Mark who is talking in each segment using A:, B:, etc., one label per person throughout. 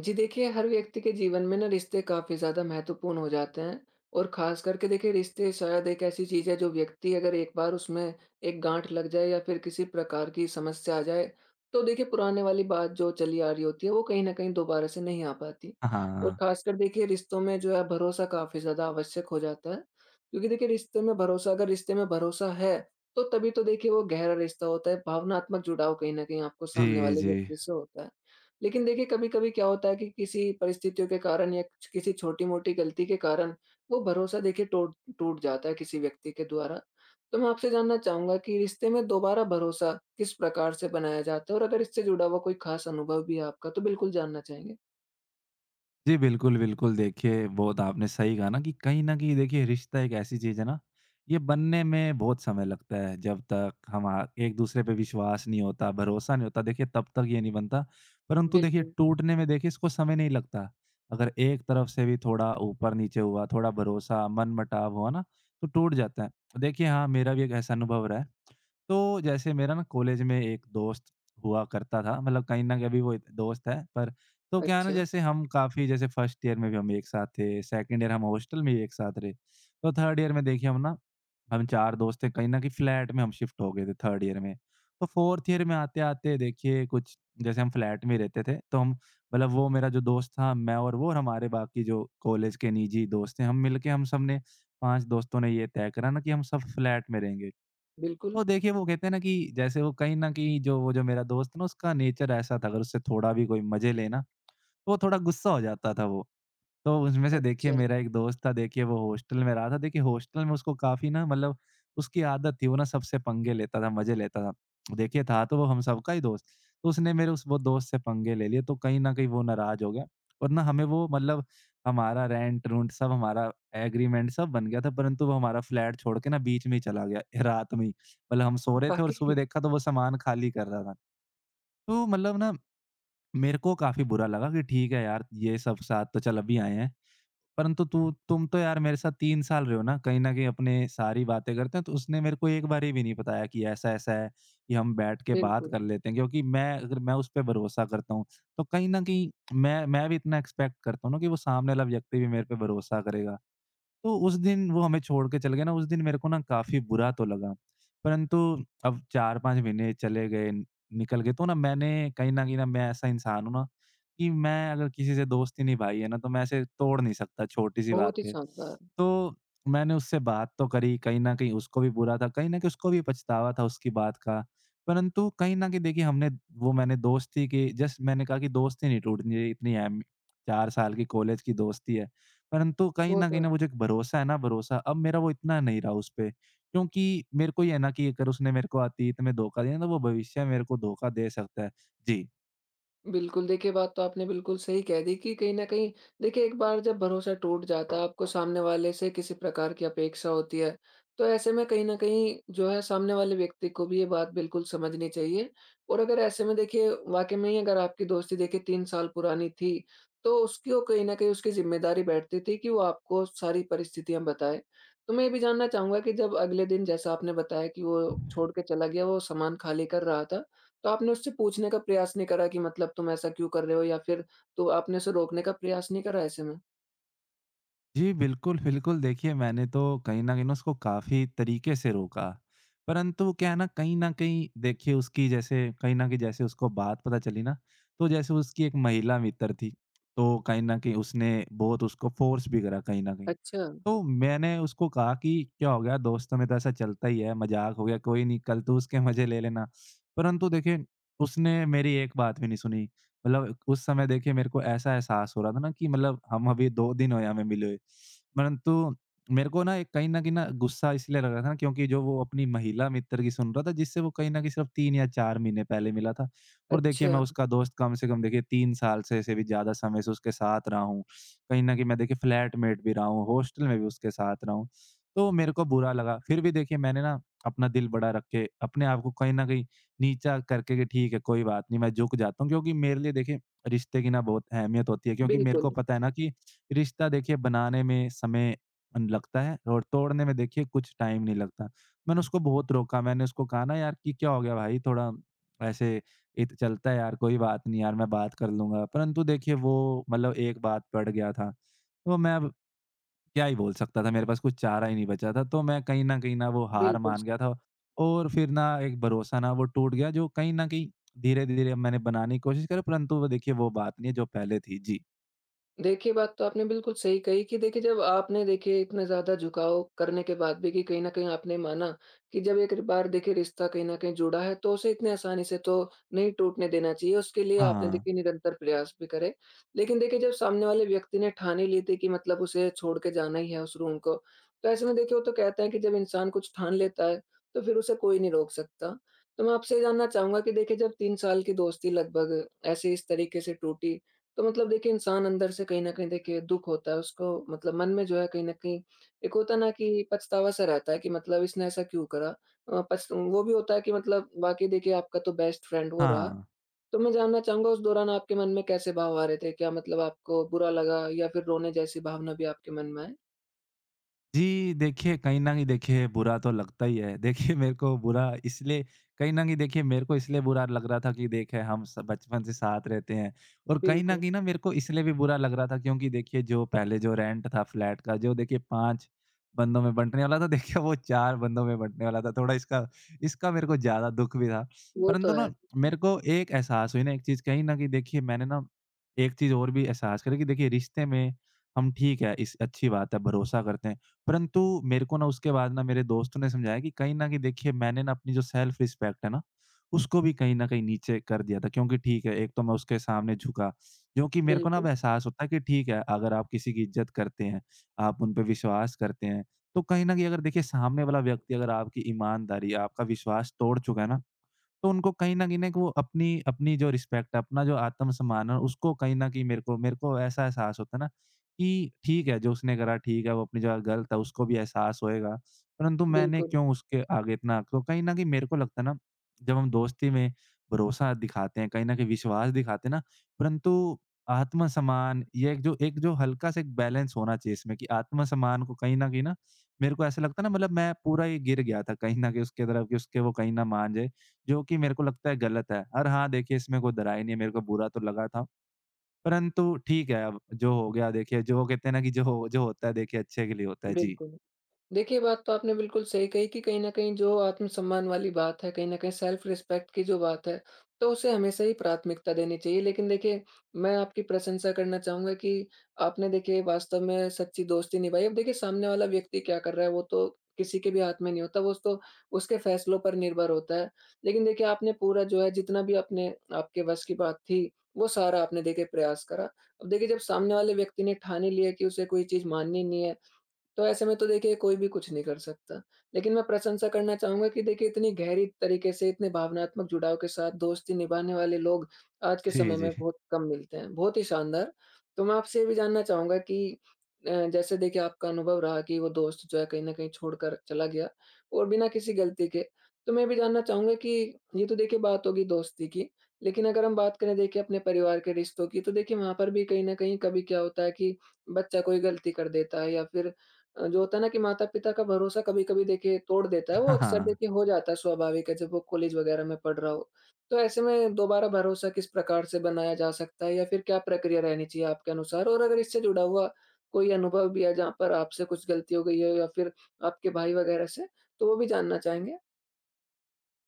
A: जी देखिए, हर व्यक्ति के जीवन में ना रिश्ते काफ़ी ज़्यादा महत्वपूर्ण हो जाते हैं। और ख़ास करके देखिए रिश्ते शायद एक ऐसी चीज़ है जो व्यक्ति अगर एक बार उसमें एक गाँठ लग जाए या फिर किसी प्रकार की समस्या आ जाए, तो देखिए पुराने वाली बात जो चली आ रही होती है वो कहीं न कहीं दोबारा से नहीं आ पाती। और
B: हाँ।
A: ख़ासकर देखिए रिश्तों में जो है भरोसा काफ़ी ज़्यादा आवश्यक हो जाता है, क्योंकि देखिए रिश्ते में भरोसा, अगर रिश्ते में भरोसा है, तो तभी तो देखिए वो गहरा रिश्ता होता है, भावनात्मक जुड़ाव कहीं न कहीं आपको सामने
B: जी,
A: वाले
B: जी।
A: व्यक्ति से होता है। लेकिन देखिए कभी-कभी क्या होता है कि किसी परिस्थितियों के कारण या किसी छोटी-मोटी गलती के कारण वो भरोसा देखिए टोट टूट जाता है किसी व्यक्ति के द्वारा। तो मैं आपसे जानना चाहूँगा कि रिश्ते में दोबारा भरोसा किस प्रकार से बनाया जाता है? और अगर इससे जुड़ा हुआ कोई खास अनुभव भी है आपका, तो बिल्कुल जानना चाहेंगे।
B: जी, बिल्कुल, बिल्कुल, देखिए बहुत आपने सही कहा ना कि कहीं न कहीं देखिए रिश्ता एक ऐसी चीज़ है ना, ये बनने में बहुत समय लगता है। जब तक हम आ एक-दूसरे पे विश्वास नहीं होता, भरोसा नहीं होता देखिए तब तक ये नहीं बनता। परंतु देखिए
A: बिल्कुल।
B: टूटने में देखिए इसको समय नहीं लगता। अगर एक तरफ से भी थोड़ा ऊपर-नीचे हुआ, थोड़ा भरोसा, मनमुटाव हुआ ना, तो टूट जाता है। देखिए हाँ, मेरा भी एक ऐसा अनुभव रहा है। तो जैसे मेरा ना कॉलेज में एक दोस्त हुआ करता था, मतलब कहीं न कभी वो दोस्त है पर तो क्या है ना,
A: अच्छा।
B: जैसे हम काफ़ी जैसे फर्स्ट ईयर में भी हम एक साथ थे, सेकंड ईयर हम हॉस्टल में ही एक साथ रहे। तो थर्ड ईयर में देखिए हम 4 दोस्त थे, कहीं न कहीं फ्लैट में हम शिफ्ट हो गए थे थर्ड ईयर में। तो फोर्थ ईयर में आते-आते देखिए कुछ जैसे हम फ्लैट में ही रहते थे, तो हम मतलब वो मेरा जो दोस्त था, मैं और वो और हमारे बाकी जो कॉलेज के निजी दोस्त हैं, हम मिलके हम सब ने 5 दोस्तों ने ये तय करा ना कि हम सब फ्लैट में रहेंगे।
A: बिल्कुल।
B: तो देखिए वो कहते हैं ना कि जैसे वो कहीं न कहीं जो वो जो मेरा दोस्त है ना, उसका नेचर ऐसा था, अगर उससे थोड़ा भी कोई मज़े ले ना, तो वो थोड़ा गुस्सा हो जाता था वो। तो उसमें से देखिए
A: अच्छा।
B: मेरा एक दोस्त था, देखिए वो हॉस्टल में रहा था। देखिए हॉस्टल में उसको काफ़ी ना मतलब उसकी आदत थी वो ना सबसे पंगे लेता था, मज़े लेता था। देखिए था तो वो हम सबका ही दोस्त, तो उसने मेरे उस वो दोस्त से पंगे ले लिए, तो कहीं न कहीं वो नाराज़ हो गया और ना हमें वो मतलब हमारा रेंट-रूंट सब हमारा एग्रीमेंट सब बन गया था, परंतु वो हमारा फ्लैट छोड़ के ना बीच में ही चला गया रात में ही। मतलब हम सो रहे थे और सुबह
A: वाक़ई।
B: देखा तो वो सामान खाली कर रहा था। तो मतलब ना मेरे को काफ़ी बुरा लगा कि ठीक है यार, ये सब साथ तो चल अभी आए हैं। परंतु तू तुम तो यार मेरे साथ 3 साल रहे हो ना, कहीं न कहीं अपने सारी बातें करते हैं, तो उसने मेरे को एक बारी भी नहीं बताया कि ऐसा-ऐसा है कि हम बैठ के बात
A: बिल्कुल।
B: कर लेते हैं, क्योंकि मैं अगर मैं उस पे भरोसा करता हूँ, तो कहीं न कहीं मैं भी इतना एक्सपेक्ट करता हूँ ना कि वो सामने वाला व्यक्ति भी मेरे पे भरोसा करेगा। तो उस दिन वो हमें छोड़ के चले गए ना, उस दिन मेरे को ना काफ़ी बुरा तो लगा। परंतु अब 4-5 महीने चले गए, निकल गए, तो ना मैंने कहीं न कहीं ना मैं ऐसा इंसान हूँ ना कि मैं अगर किसी से दोस्ती निभाई है ना, तो मैं ऐसे तोड़ नहीं सकता छोटी-सी बात
A: बहुत ही
B: पे।
A: शानदार।
B: तो मैंने उससे बात तो करी, कहीं न कहीं उसको भी बुरा था, कहीं न कहीं उसको भी पछतावा था उसकी बात का। परंतु कहीं न कहीं देखिए हमने वो मैंने दोस्ती की, जस्ट मैंने कहा कि दोस्ती नहीं टूटनी चाहिए, इतनी अहम 4 साल की कॉलेज की दोस्ती है। परंतु
A: वो तो
B: कहीं न
A: है।
B: मुझे एक भरोसा है ना, भरोसा, अब मेरा वो इतना नहीं रहा उसपे, क्योंकि मेरे को ये है ना कि अगर उसने मेरे को आती तो मैं धोखा दिया ना, तो वो भविष्य में मेरे को धोखा दे सकता है। जी।
A: बिल्कुल, देखिए बात तो आपने बिल्कुल सही कह दी कि कहीं न कहीं देखिए एक बार जब भरोसा टूट जाता है, आपको सामने वाले से किसी प्रकार की अपेक्षा होती है, तो ऐसे में कहीं न कहीं जो है सामने वाले व्यक्ति को भी ये बात बिल्कुल समझनी चाहिए। और अगर ऐसे में देखिए वाक़ई में ही अगर आपकी दोस्ती देखिए 3 साल पुरानी थी, तो उसकी ओ कहीं न कहीं उसकी ज़िम्मेदारी बैठती थी कि वो आपको सारी परिस्थितियाँ बताए। तो मैं ये भी जानना चाहूँगा कि जब अगले दिन, जैसा आपने बताया कि वो छोड़ के चला गया, वो सामान खाली कर रहा था, तो आपने उससे पूछने का प्रयास नहीं करा कि मतलब तुम ऐसा क्यों कर रहे हो, या फिर तो आपने उसे रोकने का प्रयास नहीं करा ऐसे में?
B: जी, बिल्कुल, बिल्कुल। देखिए, मैंने तो कहीं न कहीं ना उसको काफ़ी तरीके से रोका, परंतु क्या है ना, कहीं न कहीं देखिए उसकी जैसे कहीं न कहीं जैसे उसको बात पता चली ना, तो जैसे उसकी एक महिला मित्र थी, तो कहीं न कहीं उसने बहुत उसको फ़ोर्स भी करा कहीं न कहीं।
A: अच्छा,
B: तो मैंने उसको कहा कि, "क्या हो गया? दोस्तों में तो ऐसा चलता ही है, मज़ाक हो गया, कोई नहीं, कल तू उसके मज़े ले लेना।" परंतु देखिए, उसने मेरी एक बात भी नहीं सुनी। मतलब उस समय देखिए मेरे को ऐसा एहसास हो रहा था ना कि मतलब हम अभी 2 दिन हुए हमें मिले हुए। परंतु मेरे को ना एक कहीं न कहीं ना गुस्सा इसलिए लग रहा था ना, क्योंकि जो वो अपनी महिला मित्र की सुन रहा था, जिससे वो कहीं न कहीं सिर्फ़ 3 या 4 महीने पहले मिला था। और देखिए मैं
A: अच्छा।
B: उसका दोस्त कम से कम देखिए 3 साल से भी ज़्यादा समय से उसके साथ रहा हूँ। कहीं न कहीं मैं देखिए फ्लैटमेट भी रहा हूँ, हॉस्टल में भी उसके साथ रहा हूँ। तो मेरे को बुरा लगा। फिर भी देखिए मैंने ना अपना दिल बड़ा रख के अपने आप को कहीं न कहीं नीचा करके कि ठीक है, कोई बात नहीं, मैं झुक जाता हूँ, क्योंकि मेरे लिए देखिए रिश्ते की ना बहुत अहमियत होती है, क्योंकि मेरे को
A: बिल्कुल,
B: पता है ना कि रिश्ता देखिए बनाने में समय लगता है और तोड़ने में देखिए कुछ टाइम नहीं लगता। मैंने उसको बहुत रोका, मैंने उसको कहा ना यार कि क्या हो गया भाई, थोड़ा ऐसे इत चलता है यार, कोई बात नहीं यार, मैं बात कर लूंगा, परंतु देखिए वो मतलब एक बात पड़ गया था, तो मैं अब क्या ही बोल सकता था, मेरे पास कुछ चारा ही नहीं बचा था। तो मैं कहीं न कहीं ना वो हार
A: बिल्कुल।
B: मान गया था और फिर ना एक भरोसा ना वो टूट गया, जो कहीं न कहीं धीरे-धीरे मैंने बनाने की कोशिश करी, परंतु वो देखिए वो बात नहीं है जो पहले थी। जी।
A: देखिए, बात तो आपने बिल्कुल सही कही कि देखिए जब आपने देखिए इतना ज़्यादा झुकाव करने के बाद भी, कि कहीं न कहीं आपने माना कि जब एक बार देखिए रिश्ता कहीं न कहीं जुड़ा है, तो उसे इतनी आसानी से तो नहीं टूटने देना चाहिए। उसके लिए आपने
B: हाँ।
A: देखिए निरंतर प्रयास भी करे। लेकिन देखिए जब सामने वाले व्यक्ति ने ठान ही ली थी कि मतलब उसे छोड़ के जाना ही है उस रूम को, तो ऐसे में देखिए वो तो कहते हैं कि जब इंसान कुछ ठान लेता है तो फिर उसे कोई नहीं रोक सकता। तो मैं आपसे ये जानना चाहूँगा कि देखिए जब 3 साल की दोस्ती लगभग ऐसे इस तरीके से टूटी, तो मतलब देखिए इंसान अंदर से कहीं न कहीं देखिए दुःख होता है उसको। मतलब मन में जो है कहीं न कहीं एक होता है ना कि पछतावा-सा रहता है कि मतलब इसने ऐसा क्यों करा? अ, पछ वो भी होता है कि मतलब वाक़ई देखिए आपका तो बेस्ट फ्रेंड वो रहा।
B: हाँ।
A: तो मैं जानना चाहूँगा, उस दौरान आपके मन में कैसे भाव आ रहे थे? क्या मतलब आपको बुरा लगा, या फिर रोने जैसी भावना भी आपके मन में आई?
B: जी, देखिए कहीं न कहीं देखिए बुरा तो लगता ही है। देखिए मेरे को बुरा इसलिए कहीं न कहीं देखिए मेरे को इसलिए बुरा लग रहा था कि देखिए हम स बचपन से साथ रहते हैं, और कहीं न
A: बिल्कुल,
B: कहीं ना मेरे को इसलिए भी बुरा लग रहा था क्योंकि देखिए जो पहले जो रेंट था फ्लैट का जो देखिए 5 बंदों में बँटने वाला था देखिए वो 4 बंदों में बँटने वाला था। थोड़ा इसका इसका मेरे को ज़्यादा दुःख भी था।
A: वो
B: परंतु
A: तो
B: ना
A: है।
B: मेरे को एक एहसास हुई ना एक चीज़, कहीं न कहीं देखिए मैंने ना एक चीज़ और भी एहसास करी कि देखिए रिश्ते में हम ठीक है, इस अच्छी बात है, भरोसा करते हैं। परंतु मेरे को ना उसके बाद ना मेरे दोस्तों ने समझाया कि कहीं न कहीं देखिए मैंने ना अपनी जो सेल्फ रिस्पेक्ट है ना, उसको भी कहीं न कहीं नीचे कर दिया था, क्योंकि ठीक है, एक तो मैं उसके सामने झुका, क्योंकि मेरे को ना अब
A: बिल्कुल,
B: एहसास होता है कि ठीक है, अगर आप किसी की इज़्ज़त करते हैं, आप उन पे विश्वास करते हैं, तो कहीं न कहीं अगर देखिए सामने वाला व्यक्ति अगर आपकी ईमानदारी, आपका विश्वास तोड़ चुका है ना, तो उनको कहीं न कहीं ना वो अपनी अपनी जो रिस्पेक्ट है, अपना जो आत्म-सम्मान है, उसको कहीं न कहीं मेरे को ऐसा एहसास होता है ना कि ठीक है, जो उसने करा ठीक है, वो अपनी जगह गलत है, उसको भी एहसास होएगा। परंतु मैंने
A: बिल्कुल,
B: क्यों उसके आगे इतना तो कहीं न कहीं मेरे को लगता है ना, जब हम दोस्ती में भरोसा दिखाते हैं, कहीं न कहीं विश्वास दिखाते हैं ना, परंतु आत्म-सम्मान ये एक जो हल्का सा एक बैलेंस होना चाहिए इसमें कि आत्म-सम्मान को कहीं न कहीं ना, मेरे को ऐसा लगता है ना, मतलब मैं पूरा ही गिर गया था कहीं न कहीं उसकी तरफ कि उसके वो कहीं ना मान जाए। जो कि मेरे को लगता है गलत है। और हाँ, देखिए इसमें कोई डरा ही नहीं है, मेरे को बुरा तो लगा था। परंतु ठीक है, अब जो हो गया देखिए, जो कहते हैं ना कि जो होता है देखिए अच्छे के लिए होता है। जी।
A: बिल्कुल। देखिए, ये बात तो आपने बिल्कुल सही कही कि कहीं न कहीं जो आत्मसम्मान वाली बात है, कहीं न कहीं सेल्फ रिस्पेक्ट की जो बात है, तो उसे हमेशा ही प्राथमिकता देनी चाहिए। लेकिन देखिए, मैं आपकी प्रशंसा करना चाहूँगा कि आपने देखिए वास्तव में सच्ची दोस्ती निभाई। अब देखिए सामने वाला व्यक्ति क्या कर रहा है, वो तो किसी के भी हाथ में नहीं होता, वो तो उसके फैसलों पर निर्भर होता है। लेकिन देखिए, आपने पूरा जो है जितना भी अपने आपके वश की बात थी, वो सारा आपने देखिए प्रयास करा। अब देखिए, जब सामने वाले व्यक्ति ने ठान ही लिया कि उसे कोई चीज़ माननी नहीं है, तो ऐसे में तो देखिए कोई भी कुछ नहीं कर सकता। लेकिन मैं प्रशंसा करना चाहूँगा कि देखिए इतनी गहरी तरीके से, इतने भावनात्मक जुड़ाव के साथ दोस्ती निभाने वाले लोग आज के
B: जी,
A: समय
B: जी।
A: में बहुत कम मिलते हैं। बहुत ही शानदार! तो मैं आपसे ये भी जानना चाहूँगा कि जैसे देखिए आपका अनुभव रहा कि वो दोस्त जो है कहीं न कहीं छोड़कर चला गया, और बिना किसी गलती के। तो मैं ये भी जानना चाहूँगा कि ये तो देखिए बात होगी दोस्ती की, लेकिन अगर हम बात करें देखिए अपने परिवार के रिश्तों की, तो देखिए वहाँ पर भी कहीं न कहीं कभी क्या होता है कि बच्चा कोई गलती कर देता है, या फिर जो होता है ना कि माता-पिता का भरोसा कभी-कभी देखिए तोड़ देता है, वो
B: हाँ,
A: अक्सर
B: हाँ।
A: देखिए हो जाता है। स्वाभाविक है जब वो कॉलेज वगैरह में पढ़ रहा हो। तो ऐसे में दोबारा भरोसा किस प्रकार से बनाया जा सकता है, या फिर क्या प्रक्रिया रहनी चाहिए आपके अनुसार? और अगर इससे जुड़ा हुआ कोई अनुभव भी है जहाँ पर आपसे कुछ गलती हो गई है, या फिर आपके भाई वगैरह से, तो वो भी जानना चाहेंगे?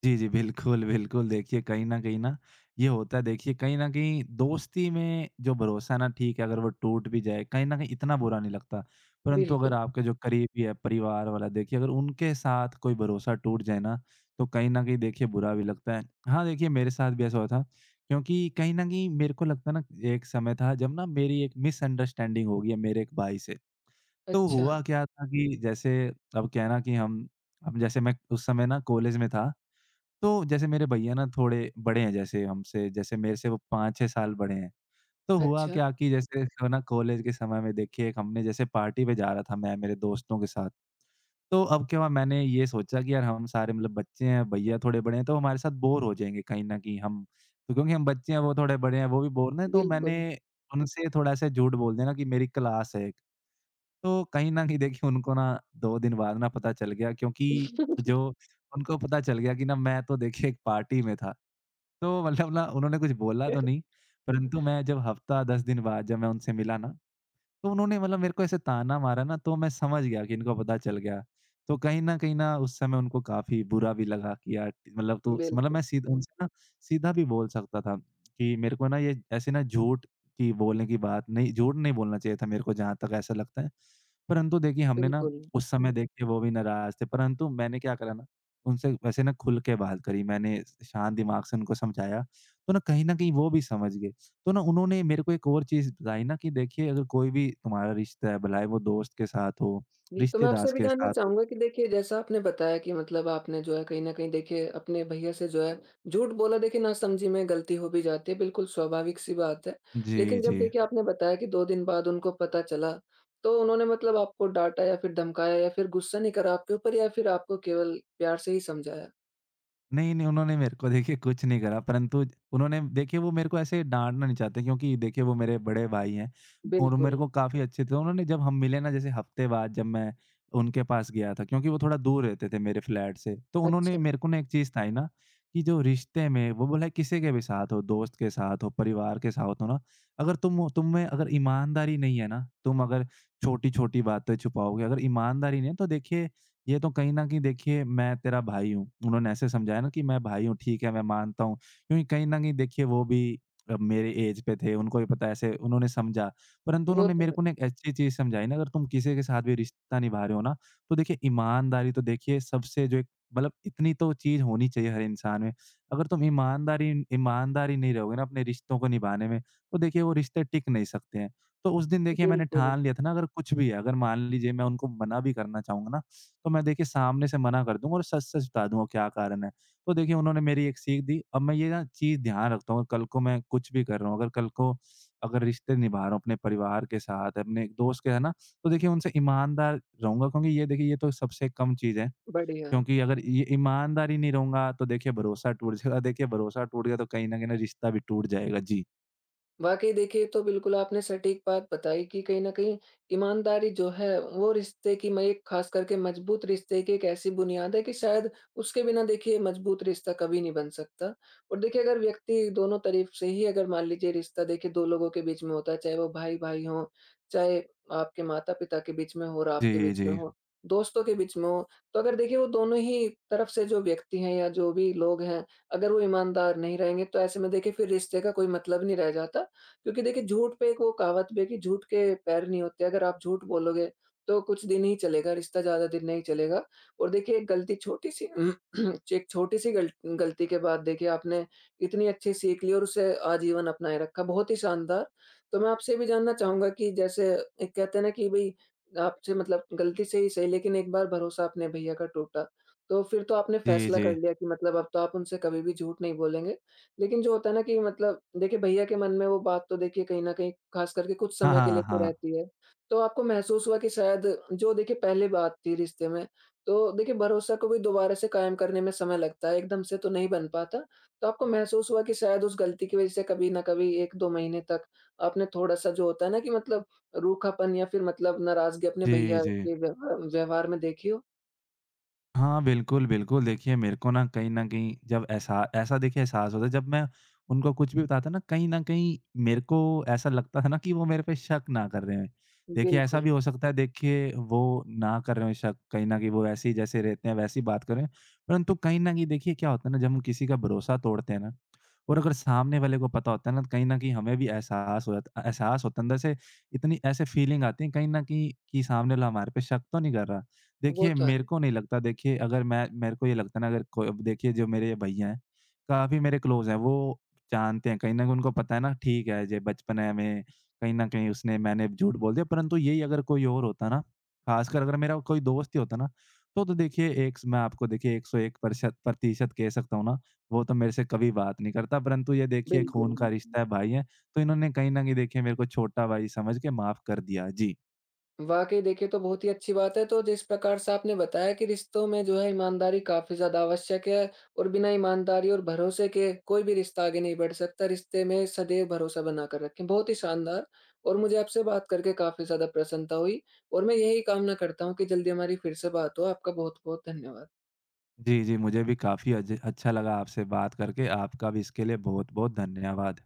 B: जी, जी। बिल्कुल, बिल्कुल। देखिए कहीं न कहीं ना ये होता है देखिए कहीं न कहीं दोस्ती में जो भरोसा है ना, ठीक है, अगर वो टूट भी जाए कहीं न कहीं इतना बुरा नहीं लगता। परंतु अगर
A: बिल्कुल।
B: आपके जो करीबी है, परिवार वाला देखिए अगर उनके साथ कोई भरोसा टूट जाए ना, तो कहीं न कहीं देखिए बुरा भी लगता है। हाँ, देखिए मेरे साथ भी ऐसा हुआ था, क्योंकि कहीं न कहीं मेरे को लगता है ना एक समय था जब ना मेरी एक मिसअंडरस्टैंडिंग हो गई है मेरे एक भाई से। तो
A: अच्छा,
B: हुआ क्या था कि जैसे अब क्या है ना कि हम जैसे मैं उस समय ना कॉलेज में था। तो जैसे मेरे भैया ना थोड़े बड़े हैं जैसे हमसे, जैसे मेरे से वो 5-6 साल बड़े हैं। तो हुआ
A: अच्छा,
B: क्या कि जैसे तो ना कॉलेज के समय में देखिए एक हमने जैसे पार्टी पे जा रहा था मैं मेरे दोस्तों के साथ। तो अब क्या हुआ मैंने ये सोचा कि यार हम सारे मतलब बच्चे हैं, भैया थोड़े बड़े हैं तो हमारे साथ बोर हो जाएँगे कहीं न कहीं हम। तो क्योंकि हम बच्चे हैं, वो थोड़े बड़े हैं, वो भी बोर ना, तो मैंने
A: बिल्कुल।
B: उनसे थोड़ा ऐसे झूठ बोल दिया ना कि मेरी क्लास है एक। तो कहीं न कहीं देखिए उनको ना 2 दिन बाद ना पता चल गया, क्योंकि जो उनको पता चल गया कि ना मैं तो देखिए एक पार्टी में था। तो मतलब ना उन्होंने कुछ बोला तो नहीं, परंतु मैं जब हफ्ता 10 दिन बाद जब मैं उनसे मिला ना, तो उन्होंने मतलब मेरे को ऐसे ताना मारा ना, तो मैं समझ गया कि इनको पता चल गया। तो कहीं न उस समय उनको काफ़ी बुरा भी लगा कि यार, मतलब तू मतलब
A: बिल्कुल,
B: मैं सीधा उनसे ना, सीधा भी बोल सकता था कि मेरे को ना, ये ऐसे ना, झूठ की बोलने की बात नहीं, झूठ नहीं बोलना चाहिए था मेरे को, जहाँ तक ऐसा लगता है। परंतु देखिए हमने ना
A: बिल्कुल।
B: उस समय देखिए वो भी नाराज़ थे, परंतु मैंने क्या करा ना, उनसे वैसे ना खुल के बात करी। मैंने शांत दिमाग से उनको समझाया, तो ना कहीं न कहीं वो भी समझ गए। तो ना उन्होंने मेरे को एक और चीज़ बताई ना कि देखिए अगर कोई भी तुम्हारा रिश्ता है, भला ही वो दोस्त के साथ हो,
A: जी, तो मैं
B: रिश्तेदार
A: आपसे भी
B: के
A: जानना
B: साथ हो।
A: चाहूँगा कि देखिए, जैसा आपने बताया कि मतलब आपने जो है कहीं न कहीं देखिए अपने भैया से जो है झूठ बोला, देखिए नासमझी में गलती हो भी जाती है, बिल्कुल स्वाभाविक-सी बात है।
B: जी,
A: लेकिन जब
B: जी।
A: देखिए आपने बताया कि 2 दिन बाद उनको पता चला, तो उन्होंने मतलब आपको डाँटा, या फिर धमकाया, या फिर गुस्सा नहीं करा आपके ऊपर, या फिर आपको केवल प्यार से ही समझाया?
B: नहीं, नहीं, उन्होंने मेरे को देखिए कुछ नहीं करा, परंतु उन्होंने देखिए वो मेरे को ऐसे डाँटना नहीं चाहते, क्योंकि देखिए वो मेरे बड़े भाई हैं और मेरे
A: बिल्कुल,
B: को काफ़ी अच्छे थे। उन्होंने जब हम मिले ना, जैसे हफ़्ते बाद जब मैं उनके पास गया था, क्योंकि वो थोड़ा दूर रहते थे मेरे फ्लैट से। तो उन्होंने
A: अच्छा,
B: मेरे को ना एक चीज़ था ही ना कि जो रिश्ते में वो बोला है, किसी के भी साथ हो, दोस्त के साथ हो, परिवार के साथ हो ना, अगर तुम में अगर ईमानदारी नहीं है ना, तुम अगर छोटी-छोटी बातें छुपाओगे, अगर ईमानदारी नहीं है, तो देखिए ये तो कहीं न कहीं देखिए, मैं तेरा भाई हूँ। उन्होंने ऐसे समझाया ना कि मैं भाई हूँ, ठीक है, मैं मानता हूँ। क्योंकि कहीं न कहीं देखिए वो भी मेरे एज पे थे, उनको भी पता है, ऐसे उन्होंने समझा। परंतु
A: वो
B: उन्होंने
A: तो
B: मेरे
A: है।
B: को ना एक अच्छी चीज़ समझाई ना, अगर तुम किसी के साथ भी रिश्ता निभा रहे हो ना, तो देखिए ईमानदारी तो देखिए सबसे जो एक, मतलब इतनी तो चीज़ होनी चाहिए हर इंसान में। अगर तुम ईमानदारी ईमानदारी नहीं रहोगे ना अपने रिश्तों को निभाने में, तो देखिए वो रिश्ते टिक नहीं सकते हैं। तो उस दिन देखिए मैंने
A: बिल्कुल,
B: ठान लिया था ना, अगर कुछ भी है, अगर मान लीजिए मैं उनको मना भी करना चाहूँगा ना, तो मैं देखिए सामने से मना कर दूँ और सच-सच बता दूँगा क्या कारण है। तो देखिए उन्होंने मेरी एक सीख दी, अब मैं ये ना चीज़ ध्यान रखता हूँ, कल को मैं कुछ भी कर रहा हूँ, अगर कल को अगर रिश्ते निभा रहा हूँ अपने परिवार के साथ, अपने एक दोस्त के है ना, तो देखिए उनसे ईमानदार रहूँगा, क्योंकि ये देखिए ये तो सबसे कम चीज़ है।
A: बढ़िया।
B: क्योंकि अगर ये ईमानदार ही नहीं रहूँगा, तो देखिए भरोसा टूट जाएगा, देखिए भरोसा टूट गया तो कहीं न कहीं ना रिश्ता भी टूट जाएगा। जी।
A: वाक़ई देखिए, ये तो बिल्कुल आपने सटीक बात बताई कि कहीं न कहीं ईमानदारी जो है, वो रिश्ते की, मैं एक ख़ास करके मज़बूत रिश्ते की एक ऐसी बुनियाद है कि शायद उसके बिना देखिए मज़बूत रिश्ता कभी नहीं बन सकता। और देखिए अगर व्यक्ति दोनों तरफ से ही, अगर मान लीजिए रिश्ता देखिए 2 लोगों के बीच में होता है, चाहे वो भाई-भाई हों, चाहे आपके माता-पिता के बीच में हो और आपके
B: जी,
A: बीच में
B: जी।
A: हो, दोस्तों के बीच में हो, तो अगर देखिए वो दोनों ही तरफ से जो व्यक्ति हैं या जो भी लोग हैं, अगर वो ईमानदार नहीं रहेंगे, तो ऐसे में देखिए फिर रिश्ते का कोई मतलब नहीं रह जाता, क्योंकि देखिए झूठ पे एक वो कहावत भी है कि झूठ के पैर नहीं होते, अगर आप झूठ बोलोगे तो कुछ दिन ही चलेगा, रिश्ता ज़्यादा दिन नहीं चलेगा। और देखिए एक गलती छोटी-सी एक छोटी-सी गल गलती के बाद देखिए आपने इतनी अच्छी सीख ली और उसे आजीवन अपनाए रखा, बहुत ही शानदार। तो मैं आपसे ये भी जानना चाहूँगा कि जैसे, एक कहते हैं ना कि भई आपसे मतलब गलती से ही सही, लेकिन एक बार भरोसा अपने भैया का टूटा, तो फिर तो आपने
B: जी,
A: फैसला
B: जी।
A: कर लिया कि मतलब अब तो आप उनसे कभी भी झूठ नहीं बोलेंगे। लेकिन जो होता है ना, कि मतलब देखिए भैया के मन में वो बात तो देखिए कहीं न कहीं ख़ास करके कुछ
B: हाँ,
A: समय के
B: हाँ,
A: लिए तो
B: हाँ।
A: रहती है। तो आपको महसूस हुआ कि शायद जो देखिए पहले बात थी रिश्ते में, तो देखिए भरोसा को भी दोबारा से कायम करने में समय लगता है, एकदम से तो नहीं बन पाता। तो आपको महसूस हुआ कि शायद उस गलती की वज़ह से कभी न कभी 1-2 महीने तक आपने थोड़ा-सा जो होता है ना कि मतलब, रूखापन या फिर मतलब नाराज़गी अपने
B: जी,
A: भैया
B: जी।
A: के व्यवहार व्यवहार में देखी हो?
B: हाँ, बिल्कुल, बिल्कुल। देखिए, मेरे को ना कहीं न कहीं जब ऐसा ऐसा देखिए एहसास होता है, जब मैं उनको कुछ भी बताता ना, कहीं न कहीं मेरे को ऐसा लगता है ना कि वो मेरे पे शक ना कर रहे हैं। देखिए, ऐसा
A: बिल्कुल,
B: भी हो सकता है देखिए वो ना कर रहे हों शक, कहीं न कहीं वो वैसे ही जैसे रहते हैं, वैसे ही बात कर रहे हैं। परंतु कहीं न कहीं देखिए क्या होता है ना, जब हम किसी का भरोसा तोड़ते हैं ना, और अगर सामने वाले को पता होता है ना, तो कहीं न कहीं हमें भी एहसास हो जाता एहसास होता है अंदर से, इतनी ऐसे फीलिंग आती है कहीं न कहीं कि सामने वाला हमारे पे शक तो नहीं कर रहा।
A: वो
B: देखिए,
A: तो है।
B: मेरे
A: हुँ,
B: को नहीं लगता देखिए, अगर मैं मेरे को ये लगता है ना, अगर कोई देखिए, जो मेरे ये भैया हैं, काफ़ी मेरे क्लोज़ हैं, वो जानते हैं, कहीं न कहीं उनको पता है ना, ठीक है जे बचपन है में, कहीं न कहीं उसने मैंने झूठ बोल दिया, परंतु यही अगर कोई और होता ना, ख़ासकर अगर मेरा कोई दोस्त ही होता ना, तो देखिए एक मैं आपको देखिए 101% प्रतिशत प्रतिशत कह सकता हूँ ना, वो तो मेरे से कभी बात नहीं करता, परंतु ये देखिए खून
A: बिल्कुल।
B: का रिश्ता है, भाई हैं, तो इन्होंने कहीं न कहीं देखिए मेरे को छोटा भाई समझ के माफ़ कर दिया। जी।
A: वाक़ई देखिए, तो बहुत ही अच्छी बात है। तो जिस प्रकार से आपने बताया कि रिश्तों में जो है ईमानदारी काफ़ी ज़्यादा आवश्यक है, और बिना ईमानदारी और भरोसे के कोई भी रिश्ता आगे नहीं बढ़ सकता। रिश्ते में सदैव भरोसा बनाकर रखें। बहुत ही शानदार। और मुझे आपसे बात करके काफ़ी ज़्यादा प्रसन्नता हुई, और मैं यही कामना करता हूँ कि जल्दी हमारी फिर से बात हो। आपका बहुत-बहुत धन्यवाद।
B: जी, जी, मुझे भी काफ़ी अज अच्छा लगा आपसे बात करके। आपका भी इसके लिए बहुत-बहुत धन्यवाद।